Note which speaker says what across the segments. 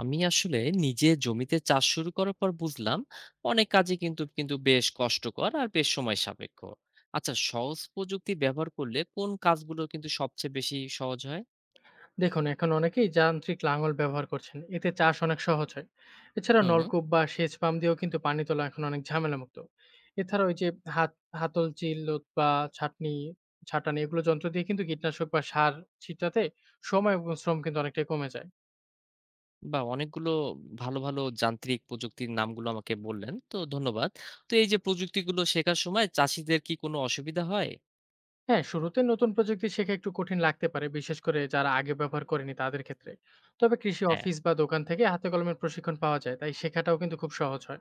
Speaker 1: আমি আসলে নিজে জমিতে চাষ শুরু করার পর বুঝলাম অনেক কাজে কিন্তু কিন্তু বেশ কষ্টকর আর বেশ সময় সাপেক্ষ। আচ্ছা, সহজ প্রযুক্তি ব্যবহার করলে কোন কাজগুলো কিন্তু সবচেয়ে বেশি সহজ হয়?
Speaker 2: দেখুন, এখন অনেকেই যান্ত্রিক লাঙল ব্যবহার করছেন। এতে চাষ অনেক সহজ হয়। এছাড়া
Speaker 1: হুম।
Speaker 2: নলকূপ বা সেচ পাম্প দিয়েও কিন্তু পানি তোলা এখন অনেক ঝামেলামুক্ত। এছাড়া ওই যে হাত হাতল, চিল্লুত বা ছাঁটনি ছাঁটানি এগুলো যন্ত্র দিয়ে কিন্তু কীটনাশক বা সার ছিটাতে সময় এবং শ্রম কিন্তু অনেকটাই কমে যায়।
Speaker 1: বা অনেকগুলো ভালো ভালো যান্ত্রিক প্রযুক্তির নামগুলো আমাকে বললেন, তো ধন্যবাদ। তো এই যে প্রযুক্তিগুলো শেখার সময় চাষিদের কি কোনো অসুবিধা হয়?
Speaker 2: হ্যাঁ, শুরুতে নতুন প্রযুক্তি শেখা একটু কঠিন লাগতে পারে, বিশেষ করে যারা আগে ব্যবহার করেনি তাদের ক্ষেত্রে। তবে কৃষি
Speaker 1: হ্যাঁ,
Speaker 2: অফিস বা দোকান থেকে হাতে কলমের প্রশিক্ষণ পাওয়া যায়, তাই শেখাটাও কিন্তু খুব সহজ হয়।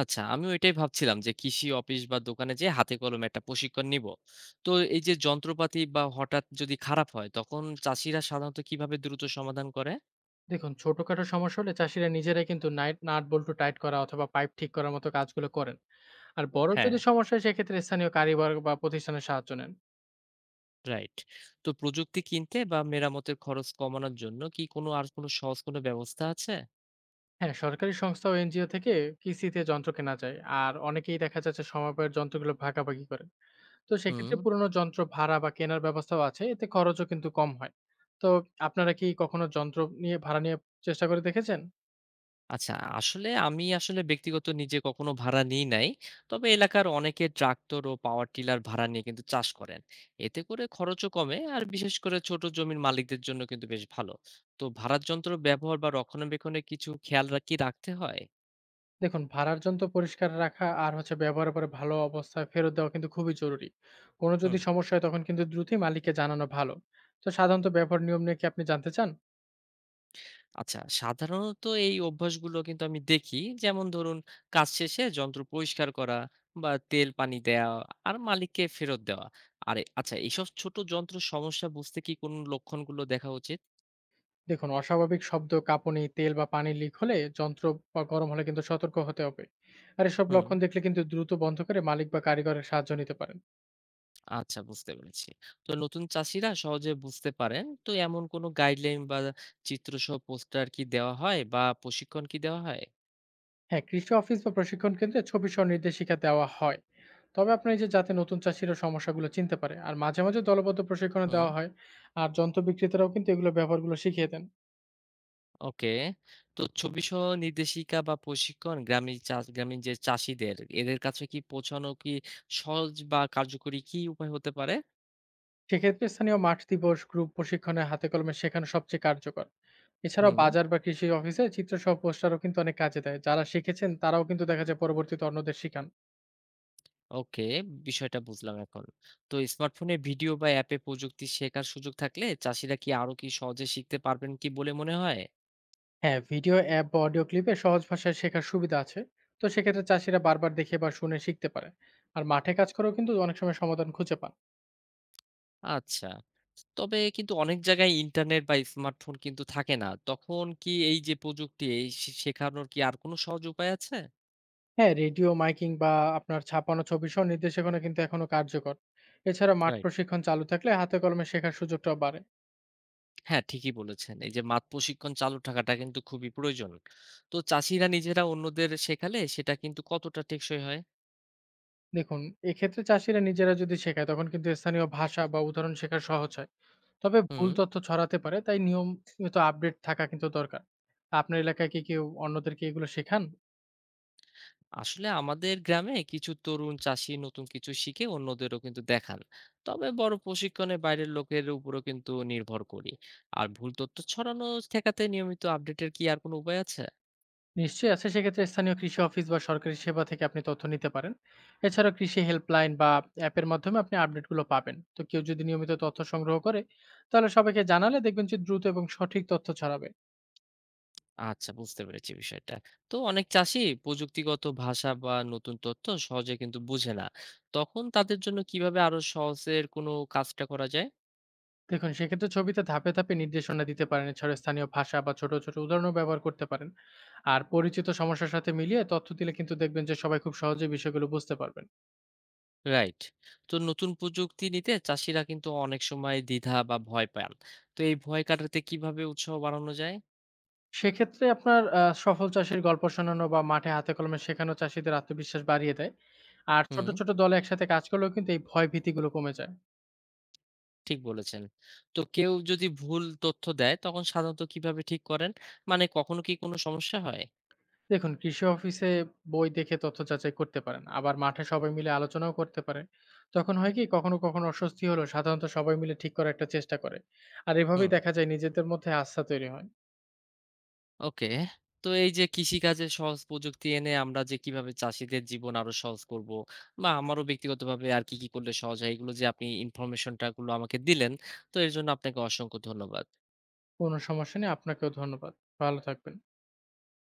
Speaker 1: আচ্ছা, আমিও এটাই ভাবছিলাম যে কৃষি অফিস বা দোকানে যেয়ে হাতে কলমে একটা প্রশিক্ষণ নিব। তো এই যে যন্ত্রপাতি বা হঠাৎ যদি খারাপ হয় তখন চাষিরা সাধারণত কিভাবে দ্রুত সমাধান করে?
Speaker 2: দেখুন, ছোটখাটো সমস্যা হলে চাষীরা নিজেরাই কিন্তু নাইট নাট বল্টু টাইট করা অথবা পাইপ ঠিক করার মতো কাজগুলো করেন। আর বড়
Speaker 1: হ্যাঁ,
Speaker 2: যদি সমস্যা হয় সেক্ষেত্রে স্থানীয় কারিগর বা প্রতিষ্ঠানের সাহায্য নেন।
Speaker 1: রাইট। তো প্রযুক্তি কিনতে বা মেরামতের খরচ কমানোর জন্য কি কোনো আর কোনো সহজ কোনো ব্যবস্থা আছে?
Speaker 2: হ্যাঁ, সরকারি সংস্থা ও এনজিও থেকে কিস্তিতে যন্ত্র কেনা যায়। আর অনেকেই দেখা যাচ্ছে সমবায়ের যন্ত্রগুলো ভাগাভাগি করেন। তো সেক্ষেত্রে
Speaker 1: হুম।
Speaker 2: পুরোনো যন্ত্র ভাড়া বা কেনার ব্যবস্থাও আছে। এতে খরচও কিন্তু কম হয়। তো আপনারা কি কখনো যন্ত্র নিয়ে ভাড়া নিয়ে চেষ্টা করে দেখেছেন?
Speaker 1: আচ্ছা, আমি আসলে ব্যক্তিগত নিজে কখনো ভাড়া নিই নাই। তবে এলাকার অনেকে ট্রাক্টর ও পাওয়ার টিলার ভাড়া নিয়ে কিন্তু চাষ করেন। এতে করে খরচও কমে, আর বিশেষ করে ছোট জমির মালিকদের জন্য কিন্তু বেশ ভালো। তো ভাড়ার যন্ত্র ব্যবহার বা রক্ষণাবেক্ষণে কিছু খেয়াল কি রাখতে হয়?
Speaker 2: দেখুন, ভাড়ার যন্ত্র পরিষ্কার রাখা আর হচ্ছে ব্যবহারের পরে ভালো অবস্থায় ফেরত দেওয়া কিন্তু খুবই জরুরি। কোনো যদি
Speaker 1: হুম।
Speaker 2: সমস্যা হয় তখন কিন্তু দ্রুতই মালিককে জানানো ভালো। তো সাধারণত ব্যবহার নিয়ম নিয়ে কি আপনি জানতে চান?
Speaker 1: আচ্ছা, সাধারণত এই অভ্যাসগুলো কিন্তু আমি দেখি। যেমন ধরুন, কাজ শেষে যন্ত্র পরিষ্কার করা বা তেল পানি দেওয়া আর মালিককে ফেরত দেওয়া। আরে আচ্ছা, এইসব ছোট যন্ত্র সমস্যা বুঝতে কি কোন লক্ষণগুলো দেখা উচিত?
Speaker 2: দেখুন, অস্বাভাবিক শব্দ, কাঁপুনি, তেল বা পানির লিক হলে যন্ত্র বা গরম হলে কিন্তু সতর্ক হতে হবে। আর এসব
Speaker 1: হুম,
Speaker 2: লক্ষণ দেখলে কিন্তু দ্রুত বন্ধ করে মালিক বা কারিগরের সাহায্য নিতে পারেন।
Speaker 1: আচ্ছা, বুঝতে পেরেছি। তো নতুন চাষীরা সহজে বুঝতে পারেন তো এমন কোনো গাইডলাইন বা চিত্রসহ পোস্টার কি দেওয়া হয় বা প্রশিক্ষণ কি দেওয়া হয়?
Speaker 2: হ্যাঁ, কৃষি অফিস বা প্রশিক্ষণ কেন্দ্রে ছবি সহ নির্দেশিকা দেওয়া হয়। তবে আপনার এই যে যাতে নতুন চাষীরা সমস্যাগুলো চিনতে পারে। আর মাঝে, মাঝে দলবদ্ধ প্রশিক্ষণও
Speaker 1: হুম,
Speaker 2: দেওয়া হয়। আর যন্ত্র বিক্রেতারাও কিন্তু এগুলো ব্যবহারগুলো শিখিয়ে দেন।
Speaker 1: ওকে। তো ছবিসহ নির্দেশিকা বা প্রশিক্ষণ গ্রামীণ যে চাষীদের এদের কাছে কি পৌঁছানো কি সহজ বা কার্যকরী কি উপায় হতে পারে?
Speaker 2: সেক্ষেত্রে স্থানীয় মাঠ দিবস, গ্রুপ প্রশিক্ষণে হাতে কলমে শেখানো সবচেয়ে কার্যকর। এছাড়াও
Speaker 1: হুম,
Speaker 2: বাজার বা কৃষি অফিসে চিত্রসহ পোস্টারও কিন্তু অনেক কাজে দেয়। যারা শিখেছেন তারাও কিন্তু দেখা যায় পরবর্তীতে অন্যদের শিখান।
Speaker 1: ওকে, বিষয়টা বুঝলাম এখন। তো স্মার্টফোনে ভিডিও বা অ্যাপে প্রযুক্তি শেখার সুযোগ থাকলে চাষীরা কি আরো কি সহজে শিখতে পারবেন কি বলে মনে হয়?
Speaker 2: হ্যাঁ, ভিডিও অ্যাপ বা অডিও ক্লিপে সহজ ভাষায় শেখার সুবিধা আছে। তো সেক্ষেত্রে চাষীরা বারবার দেখে বা শুনে শিখতে পারে। আর মাঠে কাজ করেও কিন্তু অনেক সময় সমাধান খুঁজে পান।
Speaker 1: আচ্ছা। তবে কিন্তু অনেক জায়গায় ইন্টারনেট বা স্মার্টফোন কিন্তু থাকে না। তখন কি এই যে প্রযুক্তি এই শেখানোর কি আর কোনো সহজ উপায় আছে?
Speaker 2: হ্যাঁ, রেডিও মাইকিং বা আপনার ছাপানো ছবিসহ নির্দেশিকানা কিন্তু এখনো কার্যকর। এছাড়া মাঠ
Speaker 1: রাইট।
Speaker 2: প্রশিক্ষণ চালু থাকলে হাতে কলমে শেখার সুযোগটাও বাড়ে।
Speaker 1: হ্যাঁ, ঠিকই বলেছেন। এই যে মাঠ প্রশিক্ষণ চালু থাকাটা কিন্তু খুবই প্রয়োজন। তো চাষিরা নিজেরা অন্যদের শেখালে সেটা কিন্তু কতটা টেকসই হয়?
Speaker 2: দেখুন, এক্ষেত্রে চাষিরা নিজেরা যদি শেখায় তখন কিন্তু স্থানীয় ভাষা বা উদাহরণ শেখা সহজ হয়। তবে ভুল
Speaker 1: হুম।
Speaker 2: তথ্য ছড়াতে পারে, তাই নিয়মিত আপডেট থাকা কিন্তু দরকার। আপনার এলাকায় কি কেউ অন্যদেরকে এগুলো শেখান?
Speaker 1: আসলে আমাদের গ্রামে কিছু তরুণ চাষি নতুন কিছু শিখে অন্যদেরও কিন্তু দেখান। তবে বড় প্রশিক্ষণে বাইরের লোকের উপরও কিন্তু নির্ভর করি। আর ভুল তথ্য ছড়ানো ঠেকাতে নিয়মিত আপডেটের কি আর কোনো উপায় আছে?
Speaker 2: নিশ্চয়ই আছে। সেক্ষেত্রে স্থানীয় কৃষি অফিস বা সরকারি সেবা থেকে আপনি তথ্য নিতে পারেন। এছাড়া কৃষি হেল্পলাইন বা অ্যাপের মাধ্যমে আপনি আপডেটগুলো পাবেন। তো কেউ যদি নিয়মিত তথ্য সংগ্রহ করে, তাহলে সবাইকে জানালে দেখবেন যে দ্রুত এবং সঠিক তথ্য ছড়াবে।
Speaker 1: আচ্ছা, বুঝতে পেরেছি বিষয়টা। তো অনেক চাষী প্রযুক্তিগত ভাষা বা নতুন তথ্য সহজে কিন্তু বুঝে না। তখন তাদের জন্য কিভাবে আরো সহজের কোনো কাজটা করা যায়?
Speaker 2: দেখুন সেক্ষেত্রে ছবিতে ধাপে, ধাপে নির্দেশনা দিতে পারেন। এছাড়া স্থানীয় ভাষা বা ছোট, ছোট উদাহরণও ব্যবহার করতে পারেন। আর পরিচিত সমস্যার সাথে মিলিয়ে তথ্য দিলে কিন্তু দেখবেন যে সবাই খুব সহজেই বিষয়গুলো বুঝতে পারবেন।
Speaker 1: রাইট। তো নতুন প্রযুক্তি নিতে চাষীরা কিন্তু অনেক সময় দ্বিধা বা ভয় পান। তো এই ভয় কাটাতে কিভাবে উৎসাহ বাড়ানো যায়?
Speaker 2: সেক্ষেত্রে আপনার আ সফল চাষীর গল্প শোনানো বা মাঠে হাতে কলমে শেখানো চাষীদের আত্মবিশ্বাস বাড়িয়ে দেয়। আর ছোট,
Speaker 1: হুম,
Speaker 2: ছোট দলে একসাথে কাজ করলেও কিন্তু এই ভয় ভীতিগুলো কমে যায়।
Speaker 1: ঠিক বলেছেন। তো কেউ যদি ভুল তথ্য দেয় তখন সাধারণত কিভাবে ঠিক করেন? মানে কখনো কি কোনো সমস্যা হয়?
Speaker 2: দেখুন কৃষি অফিসে বই দেখে তথ্য যাচাই করতে পারেন। আবার মাঠে সবাই মিলে আলোচনাও করতে পারে। তখন হয় কি কখনো, কখনো অস্বস্তি হলেও সাধারণত সবাই মিলে ঠিক করার একটা চেষ্টা করে। আর
Speaker 1: হুম।
Speaker 2: এভাবেই দেখা যায় নিজেদের মধ্যে আস্থা তৈরি হয়।
Speaker 1: ওকে। তো এই যে কৃষিকাজে সহজ প্রযুক্তি এনে আমরা যে কিভাবে চাষীদের জীবন আরো সহজ করব বা আমারও ব্যক্তিগতভাবে আর কি কি করলে সহজ হয়, এগুলো যে আপনি ইনফরমেশনটা গুলো আমাকে দিলেন, তো এর জন্য আপনাকে অসংখ্য ধন্যবাদ।
Speaker 2: কোনো সমস্যা নেই। আপনাকেও ধন্যবাদ। ভালো থাকবেন।